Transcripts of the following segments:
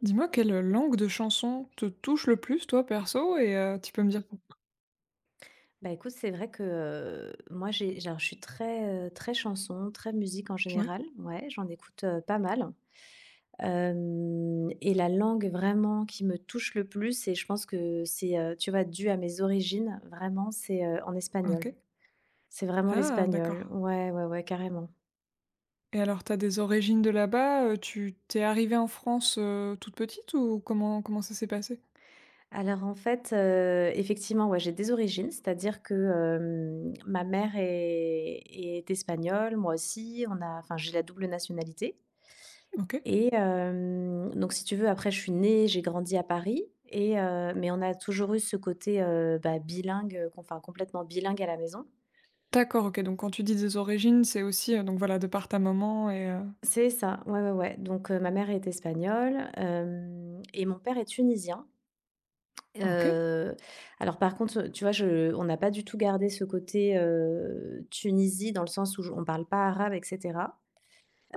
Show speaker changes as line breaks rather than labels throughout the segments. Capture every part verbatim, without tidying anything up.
Dis-moi quelle langue de chanson te touche le plus, toi, perso? Et heu, tu peux me dire pour
Bah, écoute, c'est vrai que, heu, moi j'ai j'ai alors je suis très, heu, très chanson, très musique en
ouais,
général, ouais, j'en écoute, heu, pas mal. Hem Et la langue vraiment qui me touche le plus, et je pense que c'est, heu, tu vois, dû à mes origines, vraiment, c'est, heu, en espagnol.
OK.
C'est vraiment
Ah d'accord.
l'espagnol. Ouais, ouais, ouais, carrément.
Et alors t'as des origines de là-bas, heu, tu t'es es arrivée en France, heu, toute petite ou comment comment ça s'est passé?
Alors en fait, heu, effectivement, ouais, j'ai des origines, c'est-à-dire que, hem, ma mère est est espagnole, moi aussi, on a enfin, j'ai la double nationalité.
OK.
Et hem, donc si tu veux, après je suis née, j'ai grandi à Paris, et heu, mais on a toujours eu ce côté, heu, bah, bilingue, heu, enfin complètement bilingue à la maison.
D'accord, OK, donc quand tu dis des origines, c'est aussi, heu, donc voilà, de par ta maman et heu
C'est ça, ouais, ouais, ouais. Donc, heu, ma mère est espagnole, hem et mon père est tunisien.
OK,
Heu, alors par contre, tu vois, je on n'a pas du tout gardé ce côté, heu, Tunisie, dans le sens où j on parle pas arabe, et cetera.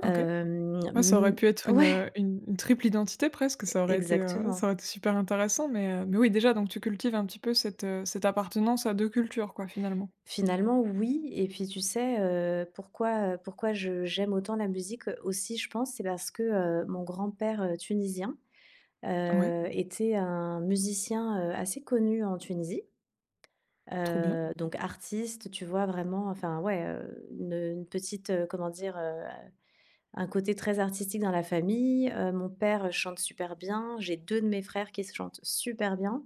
OK.
Hem,
Ouais, ça aurait
mmh,
pu être une,
ouais,
heu, une une triple identité presque, ça aurait été, heu,
exactement.
ça aurait été super intéressant mais heu, mais oui, déjà donc tu cultives un petit peu cette, heu, cette appartenance à deux cultures quoi, finalement.
Finalement, oui, et puis tu sais, heu, pourquoi, pourquoi je j'aime autant la musique, heu, aussi je pense, c'est parce que, heu, mon grand-père, heu, tunisien,
Ouais,
heu, était un musicien, heu, assez connu en Tunisie.
trop bien.
Heu, donc artiste, tu vois? Vraiment, enfin ouais, heu, une, une petite, heu, comment dire? Heu, un côté très artistique dans la famille. Heu, mon père chante super bien. J'ai deux de mes frères qui chantent super bien.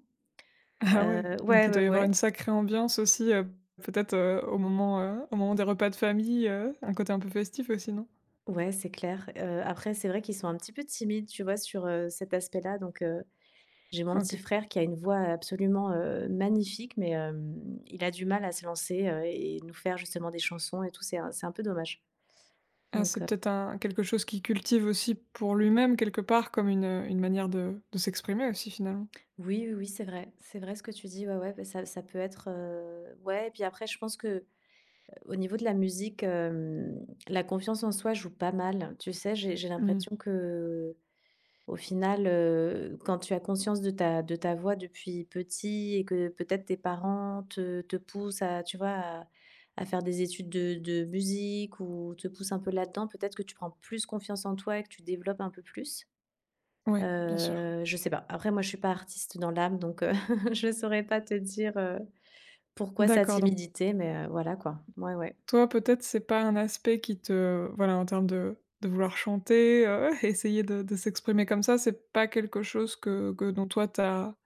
Ah ouais,
Heu,
donc
ouais,
il doit
ouais,
y avoir une
ouais.
sacrée ambiance aussi, heu, peut-être, heu, au moment, heu, au moment des repas de famille, heu, un côté un peu festif aussi, non?
Ouais, c'est clair. Heu, après, c'est vrai qu'ils sont un petit peu timides, tu vois, sur, heu, cet aspect-là. Donc, heu, j'ai mon
OK.
petit frère qui a une voix absolument, heu, magnifique, mais, hem, il a du mal à se lancer, heu et nous faire justement des chansons et tout. C'est un c'est un peu dommage.
Ah,
Donc,
c'est
heu,
peut-être un quelque chose qu'il cultive aussi pour lui-même quelque part comme une, heu, une manière de de s'exprimer aussi finalement.
oui, oui, oui, c'est vrai. C'est vrai ce que tu dis. Ouais, ouais, bah, ça ça peut être, heu ouais, et puis après, je pense que euh, au niveau de la musique, hem, la confiance en soi joue pas mal. Tu sais, j'ai j'ai
Mmh.
l'impression que Au final, heu, quand tu as conscience de ta de ta voix depuis petit et que peut-être tes parents te te poussent à, tu vois, à à faire des études de de musique, ou te poussent un peu là-dedans, peut-être que tu prends plus confiance en toi et que tu développes un peu plus?
Ouais, bien sûr.
Heu, je sais pas. Après moi, je suis pas artiste dans l'âme, donc heu, je saurais pas te dire, heu, pourquoi sa
D'accord, donc
timidité, mais heu, voilà quoi. Ouais, ouais.
toi peut-être c'est pas un aspect qui te voilà en termes de de vouloir chanter, heu, essayer de de s'exprimer comme ça, c'est pas quelque chose que que dont toi tu as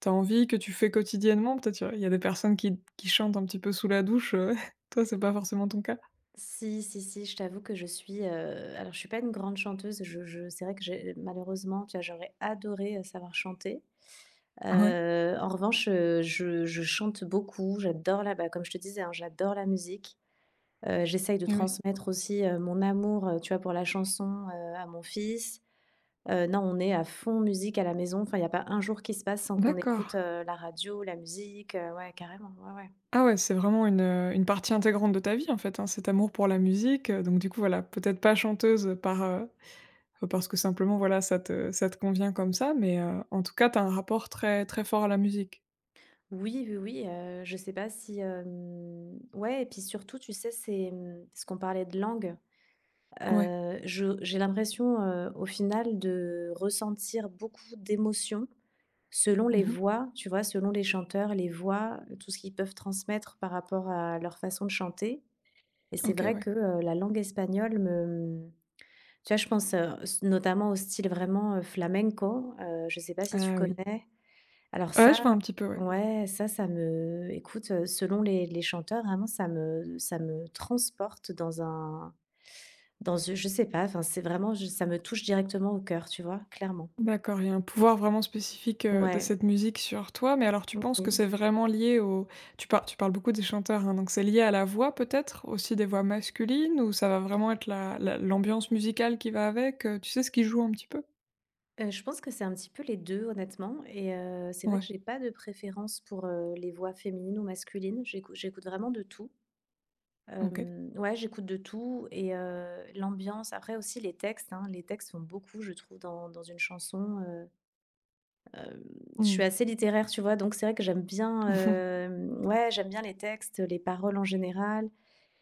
t'as envie, que tu fais quotidiennement? Peut-être, il y a y a des personnes qui qui chantent un petit peu sous la douche, heu, toi, c'est pas forcément ton cas?
Si, si, si, je t'avoue que je suis, heu, alors je suis pas une grande chanteuse, je je c'est vrai que j'ai malheureusement, tu vois, j'aurais adoré, heu, savoir chanter.
Ouais,
Heu, en revanche, heu, je je chante beaucoup, j'adore la bah, comme je te disais, hein, j'adore la musique. Heu, j'essaye de
eh oui.
transmettre aussi, heu, mon amour, heu, tu vois, pour la chanson, heu, à mon fils. Heu, non, on est à fond musique à la maison, enfin, il y a pas un jour qui se passe sans qu'on écoute,
D'accord.
heu, la radio, la musique, heu, ouais, carrément, ouais, ouais.
Ah ouais, c'est vraiment une, heu, une partie intégrante de ta vie, en fait, hein, cet amour pour la musique, heu, donc du coup, voilà, peut-être pas chanteuse par, heu, parce que simplement, voilà, ça te ça te convient comme ça, mais heu, en tout cas, t'as un rapport très, très fort à la musique?
Oui, oui, oui, heu, je sais pas si, hem ouais, et puis surtout, tu sais, c'est, mmh, parce qu'on parlait de langue,
Ouais.
heu, je j'ai l'impression, heu, au final, de ressentir beaucoup d'émotions selon les
Mmh.
voix, tu vois? Selon les chanteurs, les voix, tout ce qu'ils peuvent transmettre par rapport à leur façon de chanter, et c'est
OK,
vrai
ouais.
que, heu, la langue espagnole me tu vois, je pense, heu, s notamment au style vraiment, heu, flamenco, heu, je sais pas si tu
Ah oui.
connais? Alors
Ouais, je
ça,
vois un petit peu, ouais.
ouais, ça, ça me écoute, heu, selon les les chanteurs, vraiment ça me ça me transporte dans un dans un, je sais pas, enfin, c'est vraiment je ça me touche directement au cœur, tu vois? Clairement.
D'accord, il y a un pouvoir vraiment spécifique, heu, de
Ouais,
cette musique sur toi, mais alors tu penses que c'est
oui.
vraiment lié au tu par tu parles beaucoup des chanteurs, hein, donc c'est lié à la voix peut-être? Aussi des voix masculines ou ça va vraiment être la la l'ambiance musicale qui va avec, heu, tu sais ce qui joue un petit peu?
Heu, je pense que c'est un petit peu les deux, honnêtement, et heu, c'est vrai que
Ouais,
j'ai pas de préférence pour, heu, les voix féminines ou masculines. J'écoute, j'écoute vraiment de tout.
OK.
Hem, ouais, j'écoute de tout, et heu, l'ambiance après aussi les textes, hein, les textes font beaucoup, je trouve, dans dans une chanson. Hem, je suis
Mmh.
assez littéraire, tu vois? Donc c'est vrai que j'aime bien, hem, ouais, j'aime bien les textes, les paroles en général.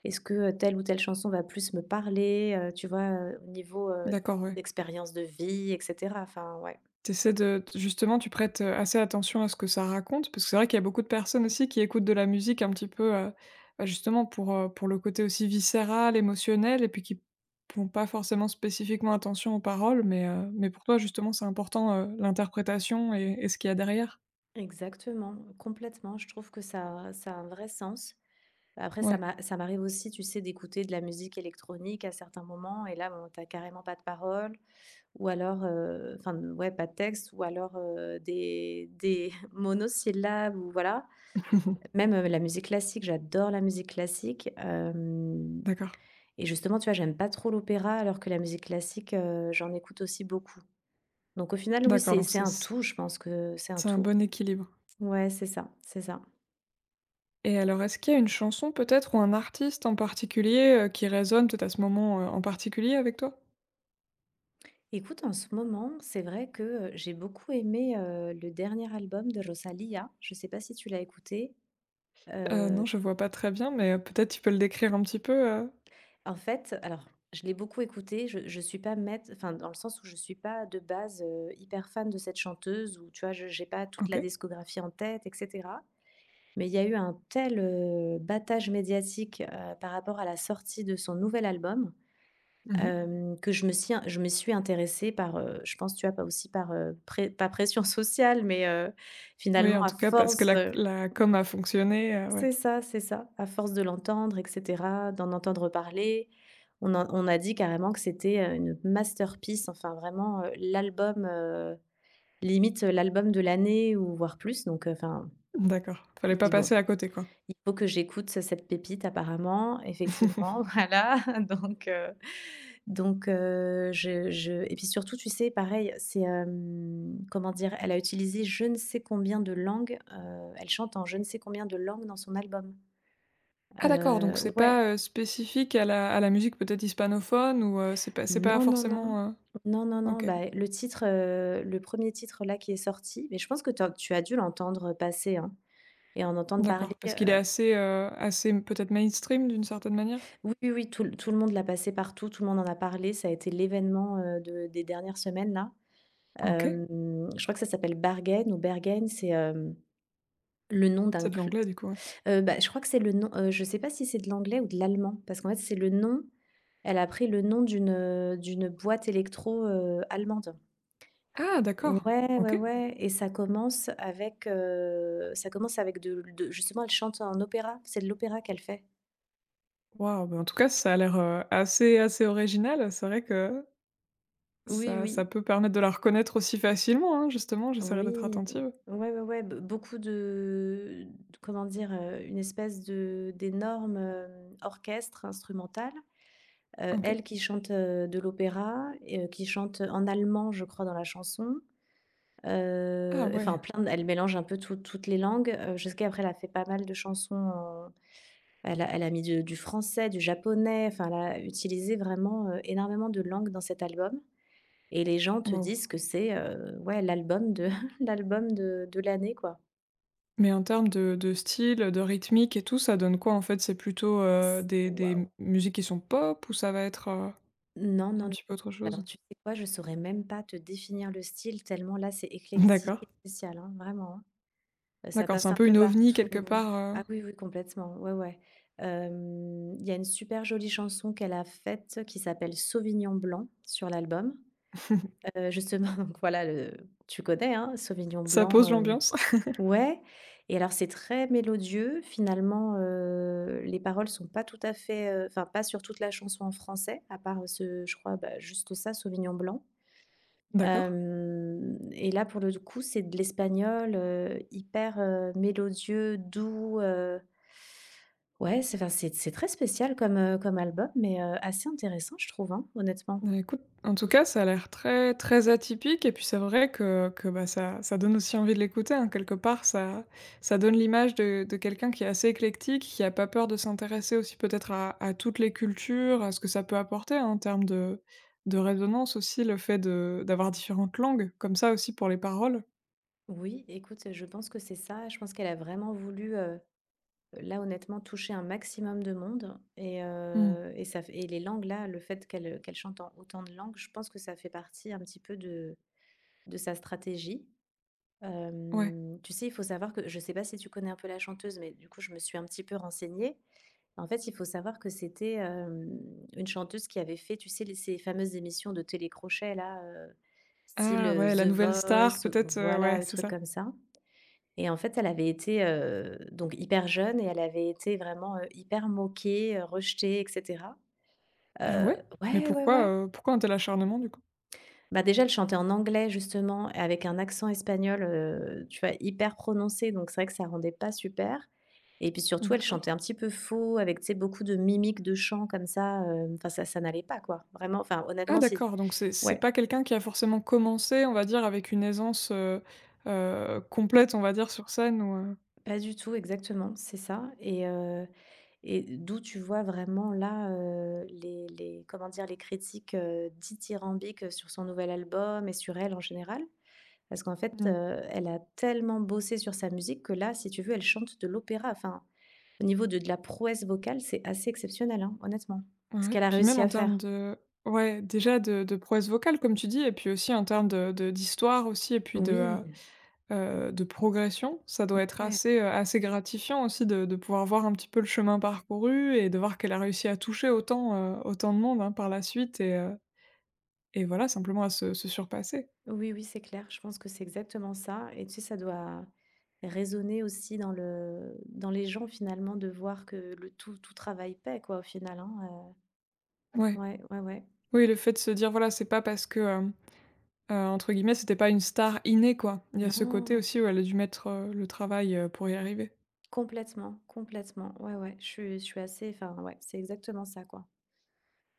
Est-ce que, heu, telle ou telle chanson va plus me parler, heu, tu vois? Heu, au niveau, heu,
D'accord, ouais.
d'expérience de vie, et cetera. Enfin, ouais.
T'essaies de justement, tu prêtes, heu, assez attention à ce que ça raconte? Parce que c'est vrai qu'il y a beaucoup de personnes aussi qui écoutent de la musique un petit peu, heu, bah, justement pour, heu, pour le côté aussi viscéral, émotionnel et puis qui font pas forcément spécifiquement attention aux paroles, mais, heu, mais pour toi justement c'est important, heu, l'interprétation et et ce qu'il y a derrière?
Exactement, complètement. Je trouve que ça ça a un vrai sens. Après ça
Ouais.
m'a ça m'arrive aussi, tu sais, d'écouter de la musique électronique à certains moments, et là, bon, tu carrément pas de paroles, ou alors, heu, enfin, ouais, pas de texte, ou alors, heu, des des monosyllabes, ou voilà. Même, heu, la musique classique, j'adore la musique classique, hem
D'accord.
et justement, tu vois, j'aime pas trop l'opéra, alors que la musique classique, heu, j'en écoute aussi beaucoup. Donc au final, oui,
D'accord,
c'est
donc
c'est
c'est
un tout, je pense que c'est un
c'est un
tout.
bon équilibre.
Ouais, c'est ça, c'est ça.
Et alors est-ce qu'il y a une chanson peut-être ou un artiste en particulier, heu, qui résonne peut-être à ce moment, heu, en particulier avec toi?
Écoute, en ce moment, c'est vrai que, heu, j'ai beaucoup aimé, heu, le dernier album de Rosalía. Je sais pas si tu l'as écouté?
Heu, non,
Heu
je vois pas très bien, mais heu, peut-être tu peux le décrire un petit peu, heu?
En fait, alors, je l'ai beaucoup écoutée, je je suis pas maître, enfin, dans le sens où je suis pas de base, heu, hyper fan de cette chanteuse, ou tu vois, je j'ai pas toute la
OK.
discographie en tête, et cetera. Mais il y a eu un tel, heu, battage médiatique, heu, par rapport à la sortie de son nouvel album,
Mmh.
hem, que je me suis je me suis intéressée par, heu, je pense, tu vois, pas aussi par, heu, pré pas pression sociale, mais heu,
Oui,
finalement
en
à
tout cas, parce que
force,
la la com a fonctionné, heu, ouais.
c'est ça, c'est ça. À force de l'entendre, et cetera, d'en entendre parler, on en on a dit carrément que c'était, heu, une masterpiece, enfin vraiment, heu, l'album, heu, limite, heu, l'album de l'année ou voire plus, donc, heu, enfin,
D'accord. Fallait
je
pas
dis: «Bon,
passer à côté, quoi.
il faut que j'écoute ce- cette pépite, apparemment», effectivement, voilà. donc, heu donc, heu, je je et puis surtout, tu sais, pareil, c'est, hem, comment dire? Elle a utilisé je ne sais combien de langues, heu, elle chante en je ne sais combien de langues dans son album.
Ah d'accord, donc c'est
Heu, ouais.
pas, heu, spécifique à la à la musique peut-être hispanophone ou heu, c'est pas c'est pas
Non, non, non.
forcément, heu
Non, non, non,
OK,
bah, le titre, heu, le premier titre là qui est sorti, mais je pense que tu as tu as dû l'entendre passer, hein, et en entendre parler.
d'accord,
Heu
parce qu'il est assez, heu, assez peut-être mainstream d'une certaine manière?
oui, oui, oui, tout le tout le monde l'a passé partout, tout le monde en a parlé, ça a été l'événement, heu, de des dernières semaines, là.
OK.
Hem, je crois que ça s'appelle Bargain ou Bergen, c'est, hem, le nom d'un
C'est de
cl
l'anglais du coup, ouais.
bah, je crois que c'est le nom, heu, je sais pas si c'est de l'anglais ou de l'allemand, parce qu'en fait c'est le nom elle a pris le nom d'une, heu, d'une boîte électro, heu, allemande.
Ah d'accord!
Ouais, ouais,
OK.
ouais, et ça commence avec, heu, ça commence avec de de justement, elle chante en opéra, c'est de l'opéra qu'elle fait.
Waouh, bah, en tout cas ça a l'air, heu, assez assez original. C'est vrai que
Oui,
Ça ça
oui.
peut permettre de la reconnaître aussi facilement, hein, justement, j'essaierai d'être
Oui,
attentive.
ouais, ouais, ouais, be beaucoup de d comment dire? Heu, une espèce de d'énorme, hem, orchestre instrumental. Heu,
OK.
elle qui chante, heu, de l'opéra, et heu, qui chante en allemand, je crois, dans la chanson.
Ah
Heu, enfin,
ouais,
plein de elle mélange un peu tout toutes les langues, heu, je sais qu'après elle a fait pas mal de chansons. Elle a elle a mis de du français, du japonais, enfin, elle a utilisé vraiment, heu, énormément de langues dans cet album, et les gens te
waouh.
disent que c'est, heu, ouais, l'album de l'album de de l'année, quoi.
Mais en termes de de style, de rythmique et tout, ça donne quoi en fait? C'est plutôt, heu, des
Waouh!
des musiques qui sont pop ou ça va être, heu,
Non,
un
non, non.
petit peu autre
Alors
chose?
tu sais quoi? Je saurais même pas te définir le style tellement là, c'est éclectique
D'accord.
et spécial, hein, vraiment, hein. Heu, ça
D'accord, c'est
passe
un
un
peu
peu
une ovni
partout.
quelque part,
Ah
heu,
oui, oui, complètement, ouais, ouais. Hem, il y a une super jolie chanson qu'elle a faite qui s'appelle «Sauvignon blanc» sur l'album. Heu, justement, donc voilà, le tu connais, hein, Sauvignon
ça
blanc,
pose
heu,
l'ambiance.
ouais. Et alors c'est très mélodieux finalement, heu, les paroles sont pas tout à fait, heu, enfin pas sur toute la chanson en français, à part ce je crois, bah, juste ça, Sauvignon blanc.
D'accord.
Hem Et là pour le coup, c'est de l'espagnol, heu, hyper, heu, mélodieux, doux, heu ouais, c'est enfin c'est c'est très spécial comme, heu, comme album, mais, heu, assez intéressant, je trouve, hein, honnêtement.
Bah, écoute, en tout cas, ça a l'air très, très atypique et puis c'est vrai que que, bah, ça ça donne aussi envie de l'écouter, hein. Quelque part, ça ça donne l'image de de quelqu'un qui est assez éclectique, qui a pas peur de s'intéresser aussi peut-être à à toutes les cultures, à ce que ça peut apporter, hein, en termes de de résonance aussi, le fait de d'avoir différentes langues, comme ça aussi pour les paroles.
Oui, écoute, je pense que c'est ça. Je pense qu'elle a vraiment voulu, heu, là, honnêtement, toucher un maximum de monde, et
Mmh.
heu et ça f et les langues, là, le fait qu'elle, qu'elle chante en autant de langues, je pense que ça fait partie un petit peu de de sa stratégie.
Ouais.
Hem, tu sais, il faut savoir que je ne sais pas si tu connais un peu la chanteuse, mais du coup, je me suis un petit peu renseignée. En fait, il faut savoir que c'était, hem, une chanteuse qui avait fait, tu sais, les ces fameuses émissions de télécrochet, là, heu, style,
Ah
heu,
ouais, la
The
nouvelle star
Voice, ou
peut-être, heu,
voilà,
ouais,
des
c'est
trucs
ça.
comme ça, et en fait, elle avait été, heu, donc hyper jeune et elle avait été vraiment, heu, hyper moquée, heu, rejetée, et cetera.
Ah
Heu,
ouais? Mais
ouais, ouais,
pourquoi,
ouais.
heu, pourquoi un tel acharnement du coup?
Bah, déjà, elle chantait en anglais justement avec un accent espagnol, heu, tu vois, hyper prononcé, donc c'est vrai que ça rendait pas super, et puis surtout, elle
D'accord.
chantait un petit peu faux avec, tu sais, beaucoup de mimiques de chant comme ça, heu, enfin ça ça n'allait pas quoi, vraiment, enfin
Ah
honnêtement si.
d'accord, donc c'est c'est
Ouais,
pas quelqu'un qui a forcément commencé, on va dire, avec une aisance, heu heu, complète, on va dire, sur scène ou heu
pas du tout, exactement, c'est ça, et heu et d'où tu vois vraiment là, heu, les les comment dire? Les critiques, heu, dithyrambiques, sur son nouvel album et sur elle en général? Parce qu'en fait,
mmh,
heu, elle a tellement bossé sur sa musique que là, si tu veux, elle chante de l'opéra. Enfin, au niveau de de la prouesse vocale, c'est assez exceptionnel, hein, honnêtement, ce
ouais,
qu'elle a
puis
réussi
même
à
en termes
faire.
de ouais, déjà de de prouesse vocale comme tu dis et puis aussi en termes de de d'histoire aussi et puis de,
Oui,
heu heu, de progression. Ça doit être
ouais.
assez, heu, assez gratifiant aussi de de pouvoir voir un petit peu le chemin parcouru et de voir qu'elle a réussi à toucher autant, heu, autant de monde, hein, par la suite et heu et voilà, simplement à se se surpasser.
Oui, oui, c'est clair. Je pense que c'est exactement ça, et tu sais, ça doit résonner aussi dans le dans les gens finalement, de voir que le tout tout travail paie quoi, au final, hein.
Ouais,
Ouais, ouais, ouais.
oui, le fait de se dire, voilà, c'est pas parce que, euh, Heu, entre guillemets, c'était pas une star innée, quoi. Il y a ce côté
Non,
aussi où elle a dû mettre, heu, le travail, heu, pour y arriver.
complètement, complètement. Ouais, ouais, je suis, je suis assez, enfin, ouais, c'est exactement ça, quoi.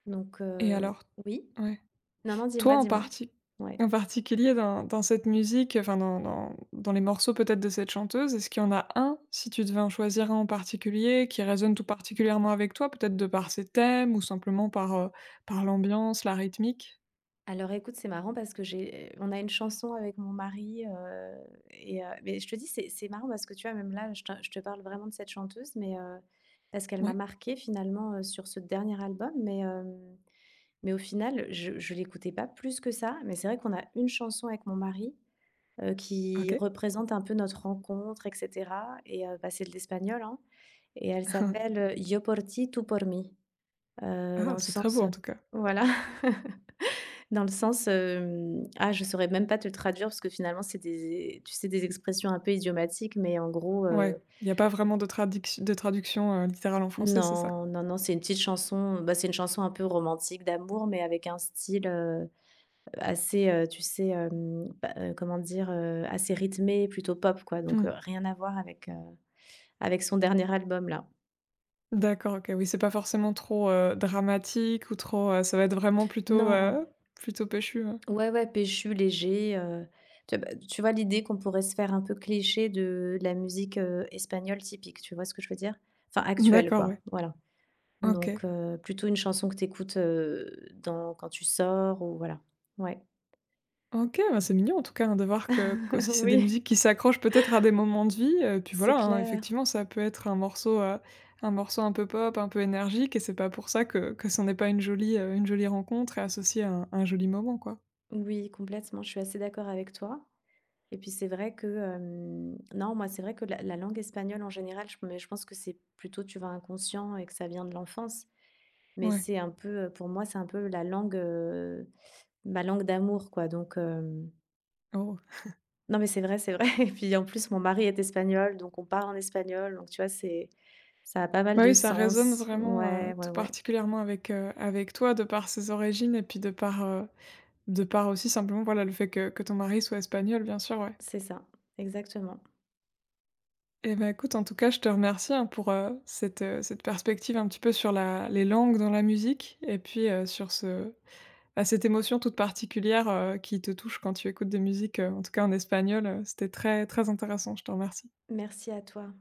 Donc,
Et
euh,
alors
oui.
ouais.
Non, non,
Toi,
dis-moi,
en
dis-moi.
parti
Ouais.
en particulier dans dans cette musique, enfin, dans dans dans les morceaux peut-être de cette chanteuse, est-ce qu'il y en a un, si tu devais en choisir un en particulier, qui résonne tout particulièrement avec toi? Peut-être de par ses thèmes ou simplement par, heu, par l'ambiance, la rythmique?
Alors, écoute, c'est marrant parce que j'ai, on a une chanson avec mon mari, euh, et euh, mais je te dis, c'est, c'est marrant parce que tu vois, même là, je te, je te parle vraiment de cette chanteuse, mais euh, parce qu'elle m'a
Ouais,
marquée finalement, euh, sur ce dernier album, mais euh, mais au final, je, je l'écoutais pas plus que ça. Mais c'est vrai qu'on a une chanson avec mon mari, heu,
OK.
qui représente un peu notre rencontre et cetera, et heu, bah, c'est de l'espagnol, hein, et elle s'appelle, heu, Yo por ti, tú por mí, heu,
Ah,
dans le
c'est très beau
sens, euh,
en tout cas.
voilà. Dans le sens, hem, ah, je saurais même pas te le traduire parce que finalement c'est des, tu sais, des expressions un peu idiomatiques, mais en gros,
Ouais,
heu
il y a pas vraiment de tradic de traduction, heu, littérale en français, c'est ça?
non, non, non, c'est une petite chanson, bah, c'est une chanson un peu romantique d'amour mais avec un style, heu, assez, heu, tu sais, hem, bah, heu, comment dire? Heu, assez rythmé, plutôt pop quoi, donc, heu,
Mmh.
rien à voir avec, heu avec son dernier album là.
D'accord, OK. Oui, c'est pas forcément trop, heu, dramatique ou trop, heu, ça va être vraiment plutôt,
Non.
heu, plutôt péchu, ouais.
Ouais, ouais, péchu, léger, heu, tu bah, tu vois l'idée qu'on pourrait se faire un peu cliché de de la musique, heu, espagnole typique, tu vois ce que je veux dire? Enfin actuelle
D'accord,
quoi,
ouais.
voilà.
OK.
Donc heu, plutôt une chanson que t'écoutes écoutes, dans quand tu sors ou voilà. Ouais.
OK, bah, c'est mignon en tout cas, hein, de voir que aussi c'est des musiques
Oui,
qui s'accrochent peut-être à des moments de vie, heu, puis
c'est
voilà, hein,
clair.
effectivement ça peut être un morceau, heu, un morceau un peu pop, un peu énergique et c'est pas pour ça que que ce n'est pas une jolie, heu, une jolie rencontre et associé à un un joli moment, quoi.
Oui, complètement, je suis assez d'accord avec toi, et puis c'est vrai que, hem, non, moi c'est vrai que la la langue espagnole en général, je mais je pense que c'est plutôt, tu vois, inconscient et que ça vient de l'enfance. Mais
Ouais.
c'est un peu, pour moi, c'est un peu la langue, heu, ma langue d'amour, quoi, donc hem,
Oh.
non, mais c'est vrai, c'est vrai. Et puis, en plus, mon mari est espagnol, donc on parle en espagnol, donc tu vois, c'est, ça a pas mal
Bah,
de
oui, ça résonne
sens.
vraiment,
Ouais,
heu,
ouais,
tout
ouais,
particulièrement avec, heu, avec toi de par ses origines et puis de par, heu de part aussi simplement, voilà, le fait que que ton mari soit espagnol, bien sûr, ouais.
c'est ça, exactement.
Et ben écoute, en tout cas, je te remercie, hein, pour, heu, cette, heu, cette perspective un petit peu sur la les langues dans la musique et puis, heu, sur ce bah, cette émotion toute particulière, heu, qui te touche quand tu écoutes des musiques, heu, en tout cas en espagnol, heu, c'était très, très intéressant, je te remercie.
Merci à toi.